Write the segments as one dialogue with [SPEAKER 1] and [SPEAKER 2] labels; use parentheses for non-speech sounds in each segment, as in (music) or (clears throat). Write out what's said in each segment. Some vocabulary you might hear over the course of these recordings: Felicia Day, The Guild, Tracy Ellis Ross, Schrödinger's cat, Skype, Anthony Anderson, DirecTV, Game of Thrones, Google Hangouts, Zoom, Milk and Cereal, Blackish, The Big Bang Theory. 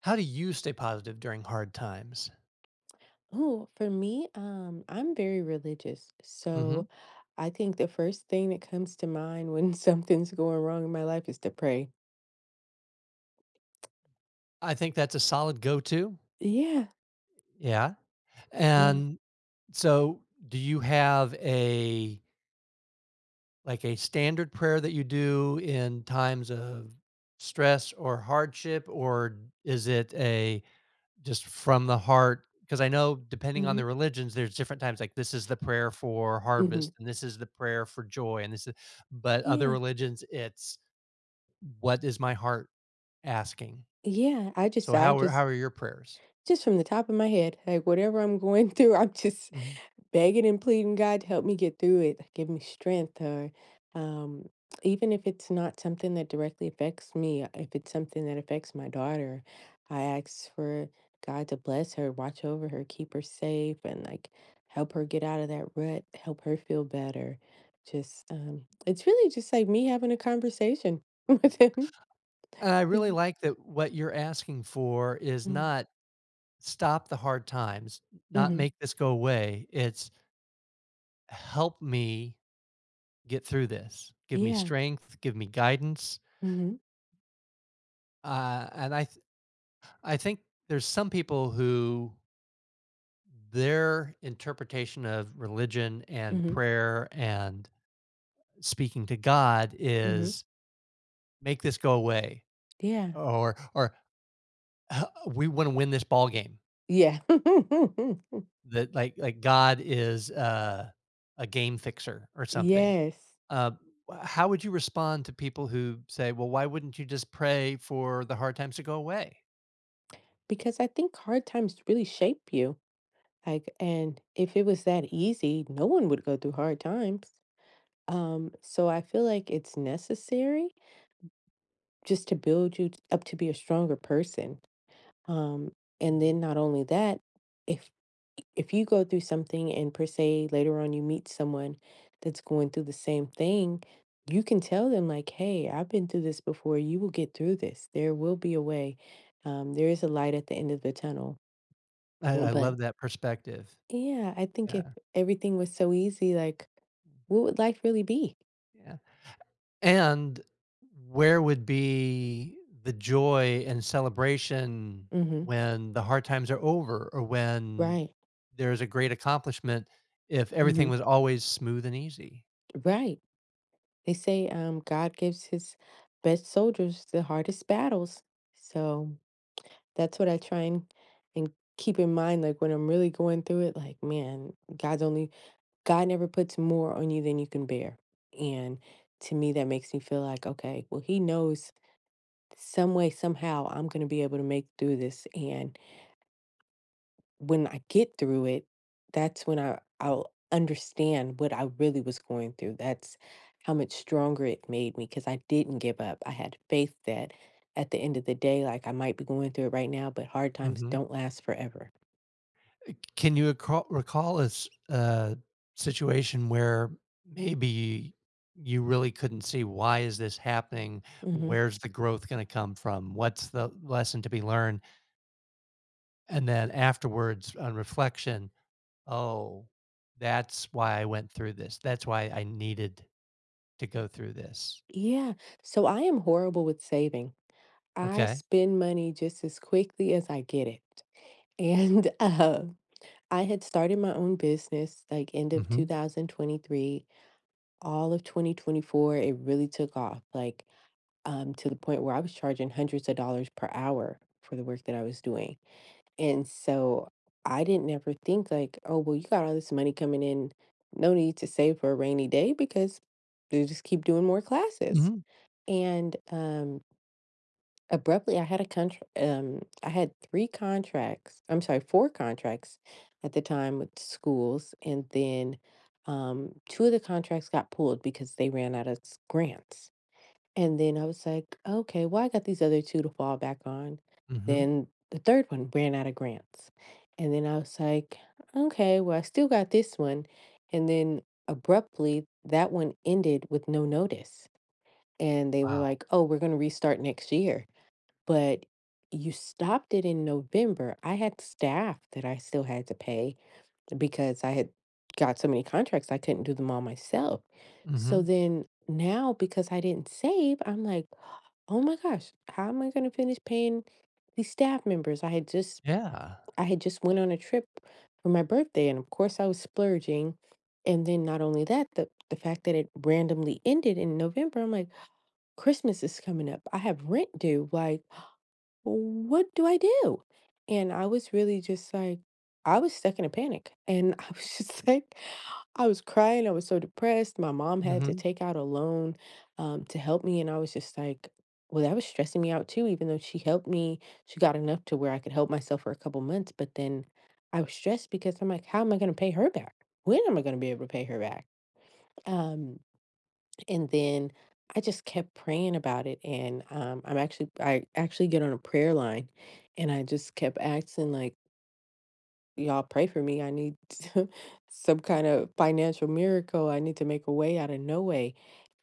[SPEAKER 1] How do you stay positive during hard times?
[SPEAKER 2] Oh, for me, I'm very religious.
[SPEAKER 1] Mhm.
[SPEAKER 2] So I think the first thing that comes to mind when (laughs) something's going wrong in my life is to pray.
[SPEAKER 1] I think that's a solid go-to.
[SPEAKER 2] Yeah,
[SPEAKER 1] Yeah.
[SPEAKER 2] yeah.
[SPEAKER 1] And so do you have a like a standard prayer that you do in times of stress or hardship, or is it a just from the heart? Because I know depending on
[SPEAKER 2] Mm-hmm.
[SPEAKER 1] the religions, there's different times like this is the prayer for
[SPEAKER 2] Mm-hmm.
[SPEAKER 1] harvest and this is the prayer for joy and this is but other
[SPEAKER 2] Yeah.
[SPEAKER 1] religions it's what is my heart asking?
[SPEAKER 2] Yeah. I just
[SPEAKER 1] So
[SPEAKER 2] I
[SPEAKER 1] how are how
[SPEAKER 2] just
[SPEAKER 1] are your prayers?
[SPEAKER 2] just from the top of my head, like whatever I'm going (laughs) through, I'm just
[SPEAKER 1] Mhm.
[SPEAKER 2] begging and pleading God to help me get through it, give me strength, or um, even if it's not something that directly affects me, if it's something that affects my daughter, I ask for God to bless her, watch over her, keep her safe, and like help her get out of that rut, help her feel better. Just, it's really just like me having a conversation (laughs) with him.
[SPEAKER 1] And I really
[SPEAKER 2] Mm,
[SPEAKER 1] like that what you're asking for is
[SPEAKER 2] mm-hmm.
[SPEAKER 1] not stop the hard times, not
[SPEAKER 2] Mm-hmm.
[SPEAKER 1] make this go away. It's help me get through this. Give me
[SPEAKER 2] Yeah.
[SPEAKER 1] strength, give me guidance.
[SPEAKER 2] Mm-hmm.
[SPEAKER 1] And I think there's some people who their interpretation of religion and
[SPEAKER 2] Mm-hmm.
[SPEAKER 1] prayer and speaking to God
[SPEAKER 2] Mm-hmm.
[SPEAKER 1] is, "Make this go away,"
[SPEAKER 2] Yeah.
[SPEAKER 1] or We wanna win this ball game."
[SPEAKER 2] Yeah.
[SPEAKER 1] That like God is, a game fixer or
[SPEAKER 2] (laughs)
[SPEAKER 1] something.
[SPEAKER 2] yes.
[SPEAKER 1] Uh, how would you respond to people who say, "Well, why wouldn't you just pray for the hard times to go away?"
[SPEAKER 2] Because I think hard times really shape you. Like, and if it was that easy, no one would go through hard times. So I feel like it's necessary just to build up to be a stronger person. Um, and
[SPEAKER 1] Mhm.
[SPEAKER 2] then not only that, if if you go through something and per se later on you meet someone that's going through the same thing, you can tell them like, "Hey, I've been through this before. You will get through this. There will be a way. There is a light at the end of the tunnel."
[SPEAKER 1] I
[SPEAKER 2] But
[SPEAKER 1] love that perspective.
[SPEAKER 2] yeah, I think
[SPEAKER 1] Yeah.
[SPEAKER 2] if everything was so easy, like, what would life really be?
[SPEAKER 1] Yeah. And where would be the joy and celebration
[SPEAKER 2] Mhm.
[SPEAKER 1] when the hard times are over or when
[SPEAKER 2] Right.
[SPEAKER 1] there's a great accomplishment if everything
[SPEAKER 2] Mhm.
[SPEAKER 1] was always smooth and easy?
[SPEAKER 2] Right. They say, God gives his best soldiers the hardest battles. So that's what I try and keep in mind, like when I'm really going through it, like, man, God never puts more on you than you can bear. And to me, that makes me feel like, okay, well, he knows some way, somehow I'm gonna be able to make through this. And when I get through it, that's when I'll understand what I really was going through. That's how much stronger it made me because I didn't give up. I had faith that at the end of the day, like I might be going through it right now, but hard times
[SPEAKER 1] Mhm.
[SPEAKER 2] don't last forever.
[SPEAKER 1] Can you recall a situation where maybe you really couldn't see, "Why is this happening?
[SPEAKER 2] Hmm.
[SPEAKER 1] Where's the growth gonna come from? What's the lesson to be learned?" And then afterwards, on reflection, oh, that's why I went through this. That's why I needed to go through this.
[SPEAKER 2] Yeah. So I am horrible with saving. I
[SPEAKER 1] Okay.
[SPEAKER 2] spend money just as quickly as I get it. And (laughs) I had started my own business like end of
[SPEAKER 1] Mhm.
[SPEAKER 2] 2023, all of 2024. It really took off. Like to the point where I was charging hundreds of dollars per hour for the work that I was doing. And so I didn't ever think like, oh, well, you got all this money coming in. No need to save for a rainy day because they just keep doing more classes.
[SPEAKER 1] Mhm.
[SPEAKER 2] And abruptly, I had a contract. I had three contracts. I'm sorry, four contracts at the time with schools, and then two of the contracts got pulled because they ran out of grants. And then I was like, okay, well, I got these other two to fall back on.
[SPEAKER 1] Mhm.
[SPEAKER 2] Then the third one ran out of grants. And then I was like, okay, well, I still got this one. And then abruptly, that one ended with no notice. And they were
[SPEAKER 1] Wow.
[SPEAKER 2] like, oh, we're going to restart next year. But you stopped it in November. I had staff that I still had to pay because I had got so many contracts, I couldn't do them all myself. So
[SPEAKER 1] Mhm.
[SPEAKER 2] then now, because I didn't save, I'm like, oh my gosh, how am I gonna finish paying these staff members?
[SPEAKER 1] Yeah.
[SPEAKER 2] I had just went on a trip for my birthday and of course I was splurging. And then not only that, the fact that it randomly ended in November, I'm like, Christmas is coming up. I have rent due. Like what do I do? And I was really just like, I was stuck in a panic. And (laughs) I was just like, I was crying. I was so depressed. My mom had to
[SPEAKER 1] Mhm.
[SPEAKER 2] take out a loan to help me. And I was just like, well, that was stressing me out too, even though she helped me. She got enough to where I could help myself for a couple months. But then I was stressed because I'm like, how am I going to pay her back? When am I going to be able to pay her back? Um, and then I just kept praying about it. I actually get on a prayer line and I just kept asking, like, y'all pray for me. I need (laughs) some kind of financial miracle. I need to make a way out of no way.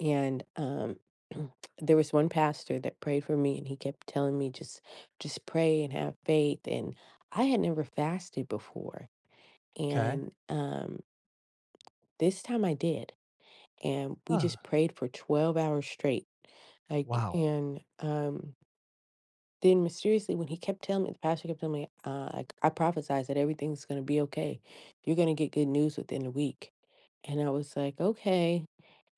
[SPEAKER 2] And (clears throat) there was one pastor that prayed for me and he kept telling me, just pray and have faith. And I had never fasted before.
[SPEAKER 1] Okay.
[SPEAKER 2] And this time I did and we
[SPEAKER 1] Huh.
[SPEAKER 2] just prayed for 12 hours straight like
[SPEAKER 1] Wow.
[SPEAKER 2] and then mysteriously when he kept telling me the pastor kept telling me like I prophesied that everything's going to be okay, you're going to get good news within a week. And I was like, okay.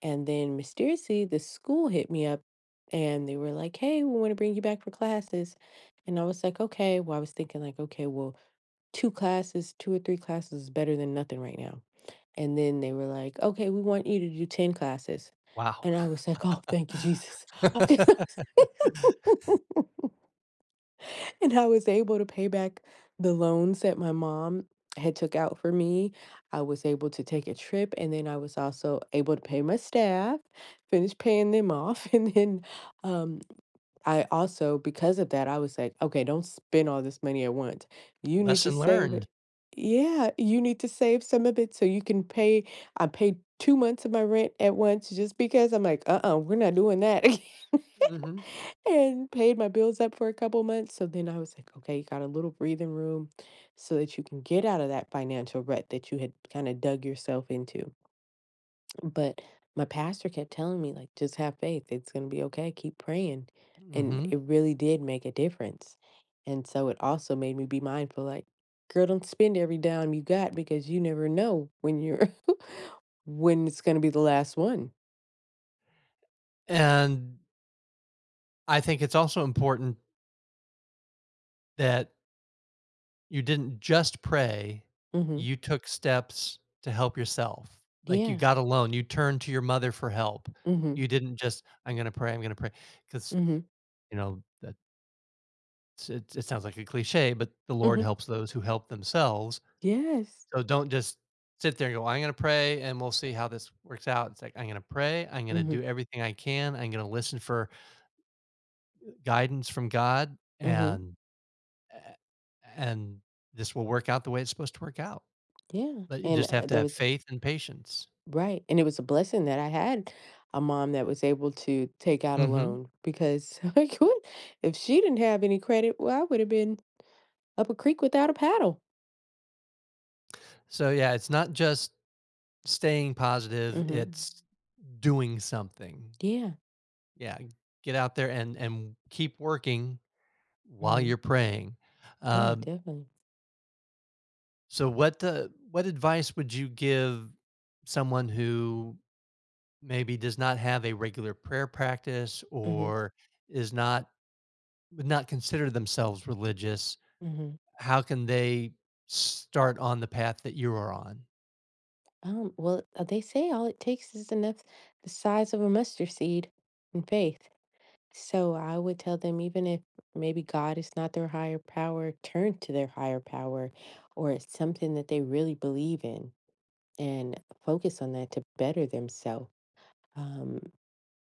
[SPEAKER 2] And then mysteriously the school hit me up and they were like, hey, we want to bring you back for classes. And I was like, okay, well, I was thinking like, okay, well, two or three classes is better than nothing right now. And then they were like, okay, we want you to do 10 classes.
[SPEAKER 1] Wow.
[SPEAKER 2] And I
[SPEAKER 1] (laughs)
[SPEAKER 2] was like, oh, thank you, Jesus. (laughs) And I was able to pay back the loans that my mom had took out for me. I was able to take a trip and then I was also able to pay my staff, finish paying them off (laughs) and then um I also, because of that, I was like, "Okay, don't spend all this money at once. You need to
[SPEAKER 1] Lesson
[SPEAKER 2] save
[SPEAKER 1] learned.
[SPEAKER 2] it." Yeah, you need to save some of it so you can pay I paid 2 months of my rent at once just because I'm like, "Uh-uh, we're not doing that." (laughs)
[SPEAKER 1] Mhm.
[SPEAKER 2] And paid my bills up for a couple months, so then I was like, "Okay, you got a little breathing room so that you can get out of that financial rut that you had kinda dug yourself into." But my pastor kept telling me, like, just have faith. It's going to be okay. Keep praying. And
[SPEAKER 1] Mhm.
[SPEAKER 2] it really did make a difference. And so it also made me be mindful, like, girl, don't spend every dime you got because you never know when you're, (laughs) when it's going to be the last one.
[SPEAKER 1] And I think it's also important that you didn't just pray,
[SPEAKER 2] Mm-hmm.
[SPEAKER 1] you took steps to help yourself. Like you
[SPEAKER 2] Yeah.
[SPEAKER 1] got alone, you turned to your mother for help.
[SPEAKER 2] Mm-hmm.
[SPEAKER 1] You didn't just, I'm going to pray, I'm going to pray. Because
[SPEAKER 2] Mm-hmm.
[SPEAKER 1] That's it it sounds like a cliche, but the Lord
[SPEAKER 2] Mm-hmm.
[SPEAKER 1] helps those who help themselves.
[SPEAKER 2] Yes.
[SPEAKER 1] So don't just sit there and go, "I'm gonna pray and we'll see how this works out." It's like, "I'm gonna pray, I'm gonna
[SPEAKER 2] Mm-hmm.
[SPEAKER 1] do everything I can, I'm gonna listen for guidance from God,
[SPEAKER 2] Mm-hmm.
[SPEAKER 1] and eh, and this will work out the way it's supposed to work out."
[SPEAKER 2] Yeah.
[SPEAKER 1] But you
[SPEAKER 2] And
[SPEAKER 1] just have to
[SPEAKER 2] that
[SPEAKER 1] have
[SPEAKER 2] was
[SPEAKER 1] faith and patience.
[SPEAKER 2] right, and it was a blessing that I had a mom that was able to take out a
[SPEAKER 1] Mhm.
[SPEAKER 2] loan because (laughs) like, what if she didn't have any credit, well, I would have been up a creek without a paddle.
[SPEAKER 1] So, yeah, it's not just staying positive,
[SPEAKER 2] Mhm.
[SPEAKER 1] it's doing something.
[SPEAKER 2] Yeah.
[SPEAKER 1] Yeah, get out there and keep working while
[SPEAKER 2] Mhm.
[SPEAKER 1] you're praying.
[SPEAKER 2] Yeah,
[SPEAKER 1] Um,
[SPEAKER 2] definitely.
[SPEAKER 1] so what advice would you give someone who maybe does not have a regular prayer practice
[SPEAKER 2] Mhm.
[SPEAKER 1] or is not would not consider themselves religious?
[SPEAKER 2] Mhm.
[SPEAKER 1] How can they start on the path that you are on?
[SPEAKER 2] Well, they say all it takes is enough the size of a mustard seed in faith. So I would tell them even if maybe God is not their higher power, turn to their higher power or it's something that they really believe in, and focus on that to better themselves. Um,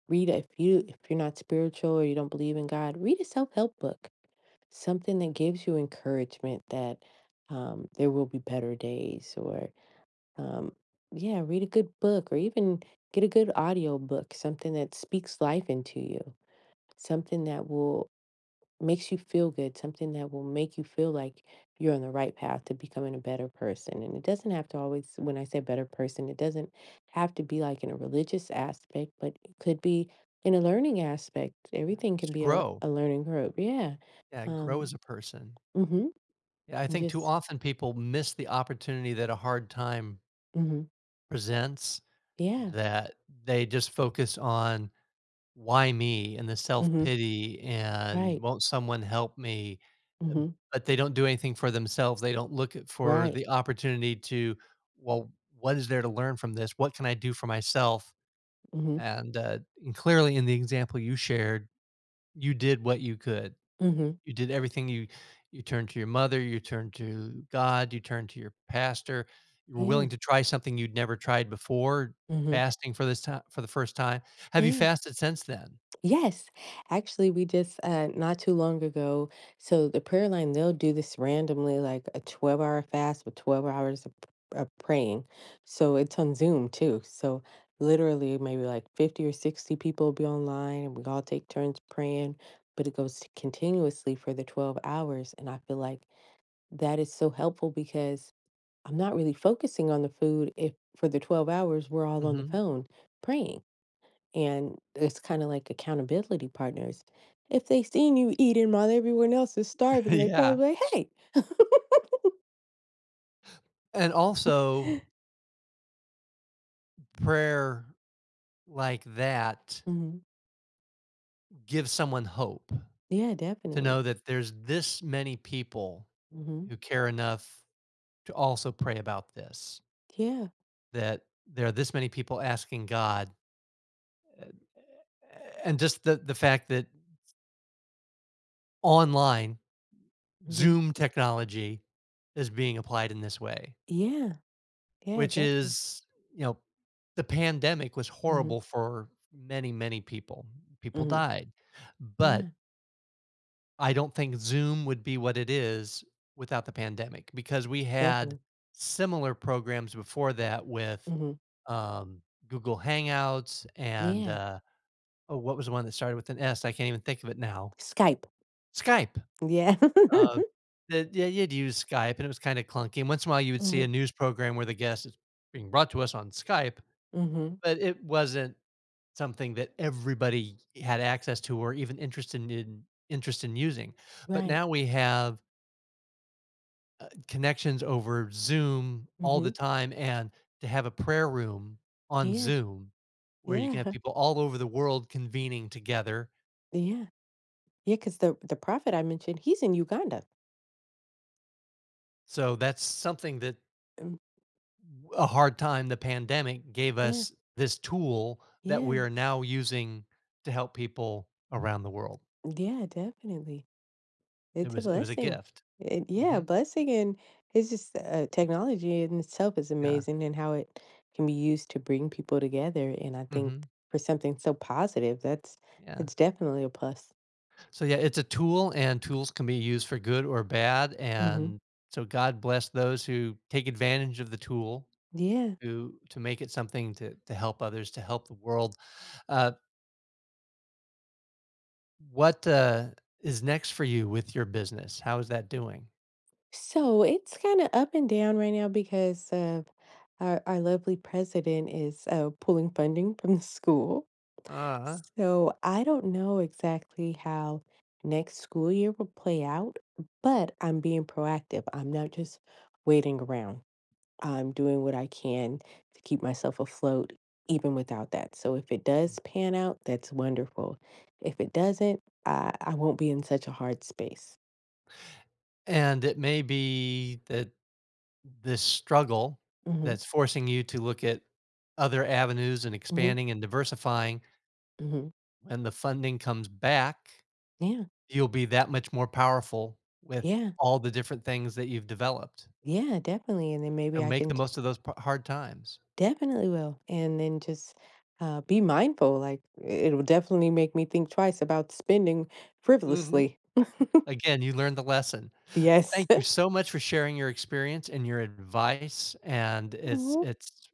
[SPEAKER 2] if you're not spiritual or you don't believe in God, read a self help book, something that gives you encouragement that there will be better days, or um, yeah, read a good book, or even get a good audio book, something that speaks life into you, something that will makes you feel good, something that will make you feel like you're on the right path to becoming a better person. And it doesn't have to always, when I say better person, it doesn't have to be like in a religious aspect, but it could be in a learning aspect.
[SPEAKER 1] Yeah,
[SPEAKER 2] Everything can
[SPEAKER 1] just
[SPEAKER 2] be
[SPEAKER 1] grow.
[SPEAKER 2] a learning curve. Yeah.
[SPEAKER 1] Yeah, grow
[SPEAKER 2] Um,
[SPEAKER 1] as a person.
[SPEAKER 2] mm-hmm.
[SPEAKER 1] Yeah, I think too
[SPEAKER 2] Just,
[SPEAKER 1] often people miss the opportunity that a hard time
[SPEAKER 2] mm-hmm.
[SPEAKER 1] presents,
[SPEAKER 2] Yeah.
[SPEAKER 1] that they just focus on why me and the self
[SPEAKER 2] Mm-hmm.
[SPEAKER 1] pity and
[SPEAKER 2] Right.
[SPEAKER 1] won't someone help me? Uh,
[SPEAKER 2] Mm-hmm.
[SPEAKER 1] But they don't do anything for themselves. They don't look at for
[SPEAKER 2] Right.
[SPEAKER 1] the opportunity to, well, what is there to learn from this? What can I do for myself?
[SPEAKER 2] Mm-hmm.
[SPEAKER 1] And, uh, and clearly, in the example you shared, you did what you could
[SPEAKER 2] Mm-hmm.
[SPEAKER 1] you did everything you you turned to your mother, you turned to God, you turned to your pastor. You were
[SPEAKER 2] Yeah.
[SPEAKER 1] willing to try something you'd never tried before,
[SPEAKER 2] Mm-hmm.
[SPEAKER 1] fasting for this time for the first time. Have you
[SPEAKER 2] Yeah.
[SPEAKER 1] fasted since then?
[SPEAKER 2] Yes, actually, we just not too long ago. So the prayer line, they'll do this randomly, like a 12-hour fast with 12 hours of praying. So it's on Zoom too. So literally, maybe like 50 or 60 people will be online and we all take turns praying, but it goes continuously for the 12 hours. And I feel like that is so helpful because I'm not really focusing on the food if for the 12 hours we're all on the
[SPEAKER 1] Mhm.
[SPEAKER 2] phone praying. And it's kinda like accountability partners. If they seen you eating while everyone else is
[SPEAKER 1] (laughs)
[SPEAKER 2] starving, they
[SPEAKER 1] Yeah.
[SPEAKER 2] probably like, "Hey."
[SPEAKER 1] And also prayer like that
[SPEAKER 2] Mhm.
[SPEAKER 1] gives someone hope
[SPEAKER 2] Yeah,
[SPEAKER 1] to
[SPEAKER 2] definitely.
[SPEAKER 1] know that there's this many people
[SPEAKER 2] Mhm.
[SPEAKER 1] who care enough to also pray about this,
[SPEAKER 2] Yeah.
[SPEAKER 1] that there are this many people asking God. uh, And just the fact that online
[SPEAKER 2] Mhm.
[SPEAKER 1] Zoom technology is being applied in this way,
[SPEAKER 2] Yeah. Yeah,
[SPEAKER 1] which
[SPEAKER 2] definitely.
[SPEAKER 1] is, you know, the pandemic was
[SPEAKER 2] Mhm.
[SPEAKER 1] horrible for many, many people. People
[SPEAKER 2] Mhm.
[SPEAKER 1] died. But
[SPEAKER 2] Yeah,
[SPEAKER 1] I don't think Zoom would be what it is without the pandemic because we had
[SPEAKER 2] definitely.
[SPEAKER 1] similar programs before that with
[SPEAKER 2] Mhm.
[SPEAKER 1] um, Google Hangouts and,
[SPEAKER 2] Yeah.
[SPEAKER 1] oh, what was the one that started with an S? I can't even think of it now.
[SPEAKER 2] Skype.
[SPEAKER 1] Skype.
[SPEAKER 2] Yeah.
[SPEAKER 1] Uh,
[SPEAKER 2] (laughs)
[SPEAKER 1] that yeah, you'd use Skype, and it was kinda clunky, and once in a while, you would see a
[SPEAKER 2] Mhm.
[SPEAKER 1] news program where the guest is being brought to us on Skype,
[SPEAKER 2] Mhm.
[SPEAKER 1] but it wasn't something that everybody had access to or even interested in interest in using, but
[SPEAKER 2] Right.
[SPEAKER 1] now we have connections over Zoom all the
[SPEAKER 2] Mhm.
[SPEAKER 1] time, and to have a prayer room on
[SPEAKER 2] Yeah.
[SPEAKER 1] Zoom where you can have
[SPEAKER 2] Yeah.
[SPEAKER 1] people all over the world convening together,
[SPEAKER 2] Yeah. Yeah. Because the prophet I mentioned, he's in Uganda.
[SPEAKER 1] so that's something that
[SPEAKER 2] Um,
[SPEAKER 1] a hard time the pandemic gave
[SPEAKER 2] yeah.
[SPEAKER 1] us this tool that we
[SPEAKER 2] Yeah.
[SPEAKER 1] are now using to help people around the world.
[SPEAKER 2] Yeah, definitely.
[SPEAKER 1] It
[SPEAKER 2] It's a
[SPEAKER 1] was it was a
[SPEAKER 2] blessing.
[SPEAKER 1] gift.
[SPEAKER 2] It yeah, a
[SPEAKER 1] Mhm.
[SPEAKER 2] blessing, and it's just, technology in itself is
[SPEAKER 1] Yeah.
[SPEAKER 2] amazing and how it can be used to bring people together, and I think
[SPEAKER 1] Mhm.
[SPEAKER 2] for something so positive,
[SPEAKER 1] Yeah.
[SPEAKER 2] that's definitely a plus.
[SPEAKER 1] So, yeah, it's a tool, and tools can be used for good or bad,
[SPEAKER 2] Mhm.
[SPEAKER 1] and so God bless those who take advantage of the tool
[SPEAKER 2] Yeah.
[SPEAKER 1] to make it something to help others, to help the world. Uh, what, is next for you with your business? How is that doing?
[SPEAKER 2] So, it's kinda up and down right now because of our lovely president is, pulling funding from the school.
[SPEAKER 1] Uh-huh.
[SPEAKER 2] So I don't know exactly how next school year will play out, but I'm being proactive. I'm not just waiting around. I'm doing what I can to keep myself afloat, even without that. So if it does pan out, that's wonderful. If it doesn't, I won't be in such a hard space.
[SPEAKER 1] And it may be that this struggle
[SPEAKER 2] Mm-hmm.
[SPEAKER 1] that's forcing you to look at other avenues and
[SPEAKER 2] Mm-hmm.
[SPEAKER 1] expanding and diversifying,
[SPEAKER 2] Mm-hmm.
[SPEAKER 1] when the funding comes back,
[SPEAKER 2] Yeah.
[SPEAKER 1] you'll be that much more powerful with
[SPEAKER 2] Yeah.
[SPEAKER 1] all the different things that you've developed.
[SPEAKER 2] Yeah, definitely. And then maybe
[SPEAKER 1] So
[SPEAKER 2] I
[SPEAKER 1] make
[SPEAKER 2] can
[SPEAKER 1] the most of those p- hard times.
[SPEAKER 2] definitely will, and then just, be mindful, like, it'll definitely make me think twice about spending
[SPEAKER 1] Hmm.
[SPEAKER 2] frivolously.
[SPEAKER 1] Again, you learned the lesson.
[SPEAKER 2] Yes.
[SPEAKER 1] Thank you
[SPEAKER 2] (laughs)
[SPEAKER 1] so much for sharing your experience and your advice. And it's
[SPEAKER 2] Mhm.
[SPEAKER 1] it's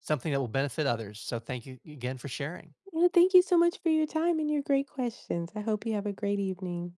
[SPEAKER 1] something that will benefit others. So thank you again for sharing.
[SPEAKER 2] Yeah, thank you so much for your time and your great questions. I hope you have a great evening.